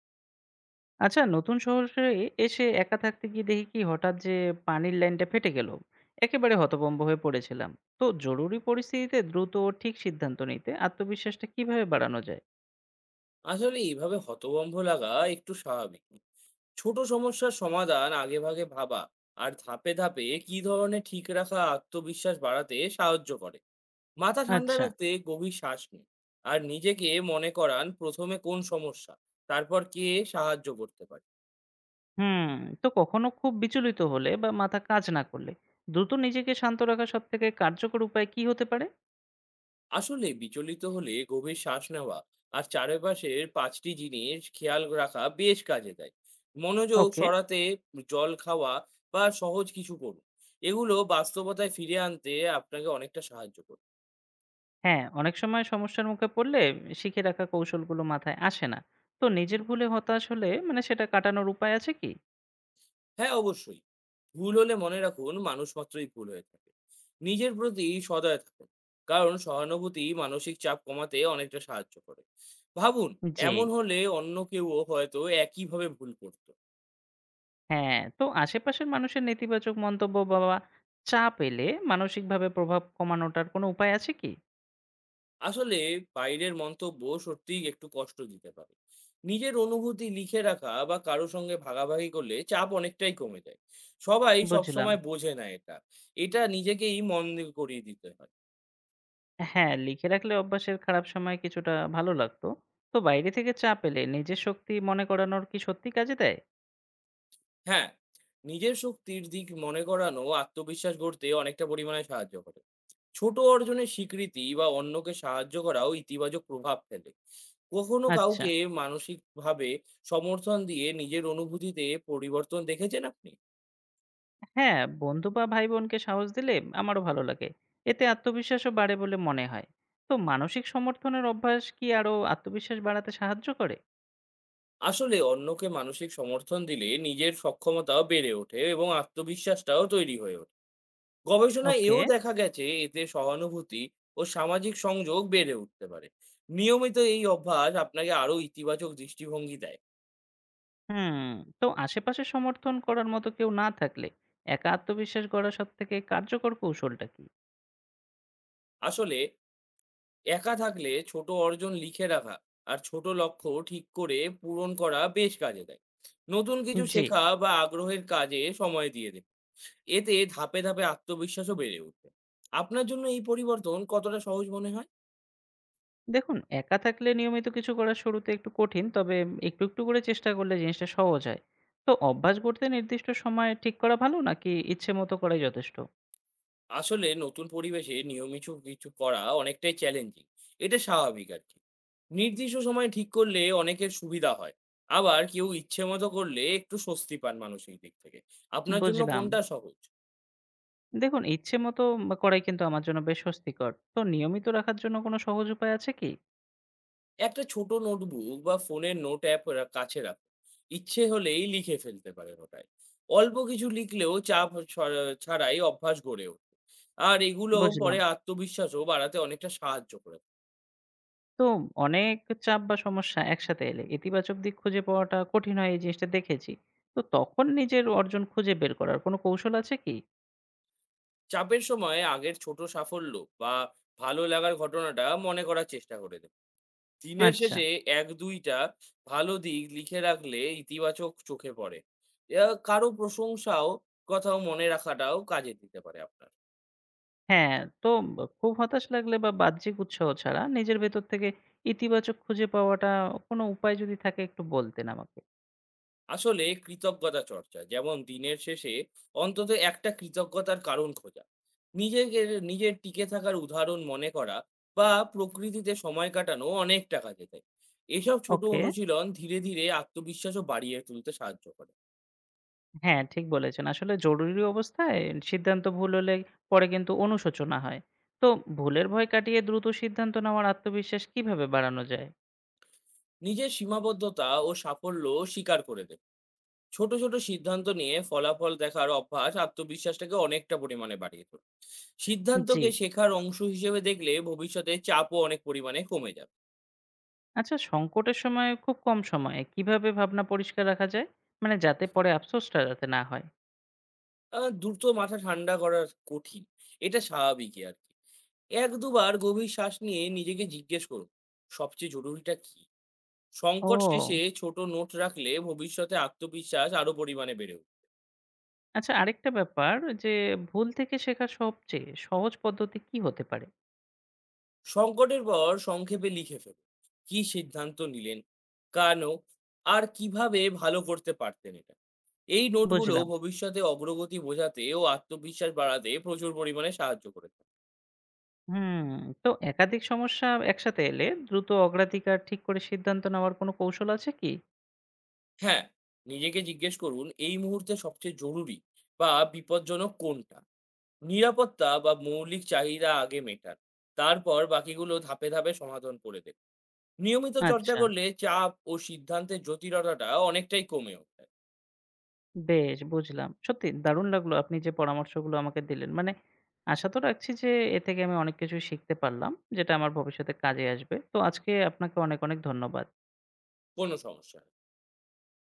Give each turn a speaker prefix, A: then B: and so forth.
A: আচ্ছা, নতুন শহরে এসে একা থাকতে গিয়ে দেখি কি হঠাৎ যে পানির লাইনটা ফেটে গেল, একেবারে হতভম্ব হয়ে পড়েছিলাম। তো জরুরি পরিস্থিতিতে দ্রুত ও ঠিক সিদ্ধান্ত নিতে আত্মবিশ্বাসটা কিভাবে বাড়ানো যায়?
B: আসলে এইভাবে হতভম্ব লাগা একটু স্বাভাবিক। ছোট সমস্যার সমাধান আগেভাগে ভাবা আর ধাপে ধাপে কি ধরনের ঠিক রাখা আত্মবিশ্বাস বাড়াতে সাহায্য করে। মাথা ঠান্ডা
A: আচ্ছা।
B: রাখতে গভীর শ্বাস নিন। আর নিজেকে মনে করান, প্রথমে কোন সমস্যা, তারপর কে সাহায্য করতে পারে।
A: হুম। তো কখনো খুব বিচলিত হলে বা মাথা কাজ না করলে দ্রুত নিজেকে শান্ত রাখার সব থেকে কার্যকর উপায় কি হতে পারে?
B: আসলে বিচলিত হলে গভীর শ্বাস নেওয়া আর চারপাশের পাঁচটি জিনিস খেয়াল রাখা বেশ কাজে দেয় মনোযোগ
A: ওকে।
B: সরাতে। জল খাওয়া বা সহজ কিছু করুন, এগুলো বাস্তবতায় ফিরে আনতে আপনাকে অনেকটা সাহায্য করবে।
A: হ্যাঁ, অনেক সময় সমস্যার মুখে পড়লে শিখে রাখা কৌশলগুলো মাথায় আসে না। তো নিজের ভুলে হতাশ হলে মানে সেটা কাটানোর উপায় আছে কি?
B: হ্যাঁ, অবশ্যই। ভুল হলে মনে রাখুন, মানুষ মাত্রই ভুল হয়ে থাকে। নিজের প্রতি সদয় থাকুন, কারণ সহানুভূতি মানসিক চাপ কমাতে অনেকটা সাহায্য করে। ভাবুন,
A: জি।
B: এমন হলে অন্য কেউ হয়তো একইভাবে ভুল করত।
A: হ্যাঁ, তো আশেপাশের মানুষের নেতিবাচক মন্তব্য বা চাপ এলে মানসিকভাবে প্রভাব কমানোটার কোনো উপায় আছে কি?
B: আসলে বাইরের মন্তব্য সত্যিই একটু কষ্ট দিতে পারে। নিজের অনুভূতি লিখে রাখা বা কারো সঙ্গে ভাগাভাগি করলে চাপ অনেকটাই কমে যায়। সবাই
A: বুঝলাম।
B: সবসময় বোঝে না এটা। এটা নিজেকেই মন দিয়ে করিয়ে দিতে হয়।
A: হ্যাঁ, লিখে রাখলে অভ্যাসের খারাপ সময় কিছুটা ভালো লাগতো। তো বাইরে থেকে চাপ এলে নিজের শক্তি মনে করানোর কি সত্যি কাজে দেয়?
B: হ্যাঁ, নিজের শক্তির দিক মনে করানো আত্মবিশ্বাস গড়তে অনেকটা পরিমাণে সাহায্য করে। ছোট অর্জনের স্বীকৃতি বা অন্যকে সাহায্য করাও ইতিবাচক প্রভাব ফেলে। কখনো
A: আচ্ছা।
B: কাউকে মানসিকভাবে সমর্থন দিয়ে নিজের অনুভূতিতে পরিবর্তন দেখেছেন আপনি?
A: হ্যাঁ, বন্ধু বা ভাই বোনকে সাহস দিলে আমারও ভালো লাগে। এতে আত্মবিশ্বাসও বাড়ে বলে মনে হয়। তো মানসিক সমর্থনের অভ্যাস কি আরো আত্মবিশ্বাস বাড়াতে সাহায্য করে?
B: আসলে অন্যকে মানসিক সমর্থন দিলে নিজের সক্ষমতাও বেড়ে ওঠে, এবং আত্মবিশ্বাসটাও তৈরি হয়ে ওঠে। গবেষণায়
A: ওকে।
B: এও দেখা গেছে, এতে সহানুভূতি ও সামাজিক সংযোগ বেড়ে উঠতে পারে। নিয়মিত এই অভ্যাস আপনাকে আরো ইতিবাচক দৃষ্টিভঙ্গি দেয়।
A: হুম, তো আশেপাশে সমর্থন করার মতো কেউ না থাকলে একা আত্মবিশ্বাস গড়া সবথেকে কার্যকর কৌশলটা কি?
B: আসলে একা থাকলে ছোট অর্জন লিখে রাখা আর ছোট লক্ষ্য ঠিক করে পূরণ করা বেশ কাজে দেয়। নতুন কিছু
A: জি।
B: শেখা বা আগ্রহের কাজে সময় দিয়ে দেয়। এতে ধাপে ধাপে আত্মবিশ্বাসও বেড়ে ওঠে। আপনার জন্য এই পরিবর্তন কতটা সহজ মনে হয়?
A: দেখুন, একা থাকলে নিয়মিত কিছু করা শুরুতে একটু কঠিন, তবে একটু করে চেষ্টা করলে জিনিসটা সহজ হয়। তো অভ্যাস গড়তে নির্দিষ্ট সময় ঠিক করা ভালো নাকি ইচ্ছে মতো করাই যথেষ্ট?
B: আসলে নতুন পরিবেশে নিয়মিত কিছু করা অনেকটাই চ্যালেঞ্জিং। এটা স্বাভাবিক আরকি। নির্দিষ্ট সময় ঠিক করলে অনেকের সুবিধা হয়। আবার কেউ ইচ্ছে মতো করলে একটু স্বস্তি পান মানসিক দিক থেকে। আপনার জন্য
A: বুঝলাম।
B: কোনটা সহজ?
A: দেখুন, ইচ্ছে মতো বা করাই কিন্তু আমার জন্য বেশ স্বস্তিকর। তো নিয়মিত রাখার জন্য কোনো সহজ উপায় আছে কি?
B: একটা ছোট নোটবুক বা ফোনের নোট অ্যাপ রা কাছে রাখুন। ইচ্ছে হলেই লিখে ফেলতে পারেন ওটায়। অল্প কিছু লিখলেও চাপ সর ছাড়াই অভ্যাস গড়ে ওঠে। আর এগুলো
A: বুঝলাম।
B: পরে আত্মবিশ্বাসও বাড়াতে অনেকটা সাহায্য করে।
A: তো অনেক চাপ বা সমস্যা একসাথে এলে ইতিবাচক দিক খুঁজে পাওয়াটা কঠিন হয় এই জিনিসটা দেখেছি। তো তখন নিজের অর্জন খুঁজে বের করার কোনো কৌশল আছে কি?
B: চাপের সময়ে আগের ছোট সাফল্য বা ভালো লাগার ঘটনাটা মনে করার চেষ্টা করে দেব। দিনের
A: আচ্ছা।
B: শেষে ১-২টা ভালো দিক লিখে রাখলে ইতিবাচক চোখে পড়ে। কারো প্রশংসাও কথাও মনে রাখাটাও কাজে দিতে পারে আপনার।
A: হ্যাঁ, তো ব খুব হতাশ লাগলে বা বাহ্যিক উৎসাহ ছাড়া নিজের ভেতর থেকে ইতিবাচক খুঁজে পাওয়াটা কোনো উপায় যদি থাকে একটু বলতেন আমাকে।
B: আসলে কৃতজ্ঞতা চর্চা, যেমন দিনের শেষে অন্তত একটা কৃতজ্ঞতার কারণ খোঁজা, নিজেকে নিজের টিকে থাকার উদাহরণ মনে করা, বা প্রকৃতিতে সময় কাটানো অনেক টাকা যেতে, এসব ছোট
A: ওকে।
B: অনুশীলন ধীরে ধীরে আত্মবিশ্বাসও বাড়িয়ে তুলতে সাহায্য করে।
A: হ্যাঁ, ঠিক বলেছেন। আসলে জরুরি অবস্থায় সিদ্ধান্ত ভুল হলে পরে কিন্তু অনুশোচনা হয়। তো ভুলের ভয় কাটিয়ে দ্রুত সিদ্ধান্ত নেওয়ার আত্মবিশ্বাস কিভাবে বাড়ানো যায়?
B: নিজের সীমাবদ্ধতা ও সাফল্য স্বীকার করে দেয়। ছোট ছোট সিদ্ধান্ত নিয়ে ফলাফল দেখার অভ্যাস আত্মবিশ্বাসটাকে অনেকটা পরিমাণে বাড়িয়ে তোলে।
A: জি।
B: সিদ্ধান্তকে শেখার অংশ হিসেবে দেখলে ভবিষ্যতে চাপও অনেক পরিমাণে কমে যাবে।
A: আচ্ছা, সংকটের সময় খুব কম সময়ে কিভাবে ভাবনা পরিষ্কার রাখা যায়? মানে যাতে পরে আফসোসটা যাতে না হয়।
B: দ্রুত মাথা ঠান্ডা করা কঠিন। এটা স্বাভাবিকই আরকি। ১-২ বার গভীর শ্বাস নিয়ে নিজেকে জিজ্ঞেস করুন, সবচেয়ে জরুরিটা কী? সংকট শেষে
A: ও!
B: ছোট নোট রাখলে ভবিষ্যতে আত্মবিশ্বাস আরো পরিমাণে বেড়ে উঠবে।
A: আচ্ছা, আরেকটা ব্যাপার যে ভুল থেকে শেখার সবচেয়ে সহজ পদ্ধতি কি হতে পারে?
B: সংকটের পর সংক্ষেপে লিখে ফেলুন। কী সিদ্ধান্ত নিলেন? কেন? আর কিভাবে ভালো করতে পারতেন এটা? এই নোটগুলো
A: বুঝলাম।
B: ভবিষ্যতে অগ্রগতি বোঝাতে ও আত্মবিশ্বাস বাড়াতে প্রচুর পরিমাণে সাহায্য করে থাকে।
A: হুম, তো একাধিক সমস্যা একসাথে এলে দ্রুত অগ্রাধিকার ঠিক করে সিদ্ধান্ত নেওয়ার কোনো কৌশল আছে কি?
B: হ্যাঁ, নিজেকে জিজ্ঞেস করুন, এই মুহূর্তে সবচেয়ে জরুরি বা বিপজ্জনক কোনটা? নিরাপত্তা বা মৌলিক চাহিদা আগে মেটান। তারপর বাকিগুলো ধাপে, ধাপে সমাধান করে দেন। নিয়মিত চর্চা
A: আচ্ছা।
B: করলে চাপ ও সিদ্ধান্তের জটিলতাটা অনেকটাই কমে ওঠে।
A: বেশ বুঝলাম। সত্যি দারুণ লাগলো আপনি যে পরামর্শগুলো আমাকে দিলেন। মানে আশা তো রাখছি যে এ থেকে আমি অনেক কিছুই শিখতে পারলাম, যেটা আমার ভবিষ্যতে কাজে আসবে। তো আজকে আপনাকে অনেক ধন্যবাদ।
B: কোনো সমস্যা নেই।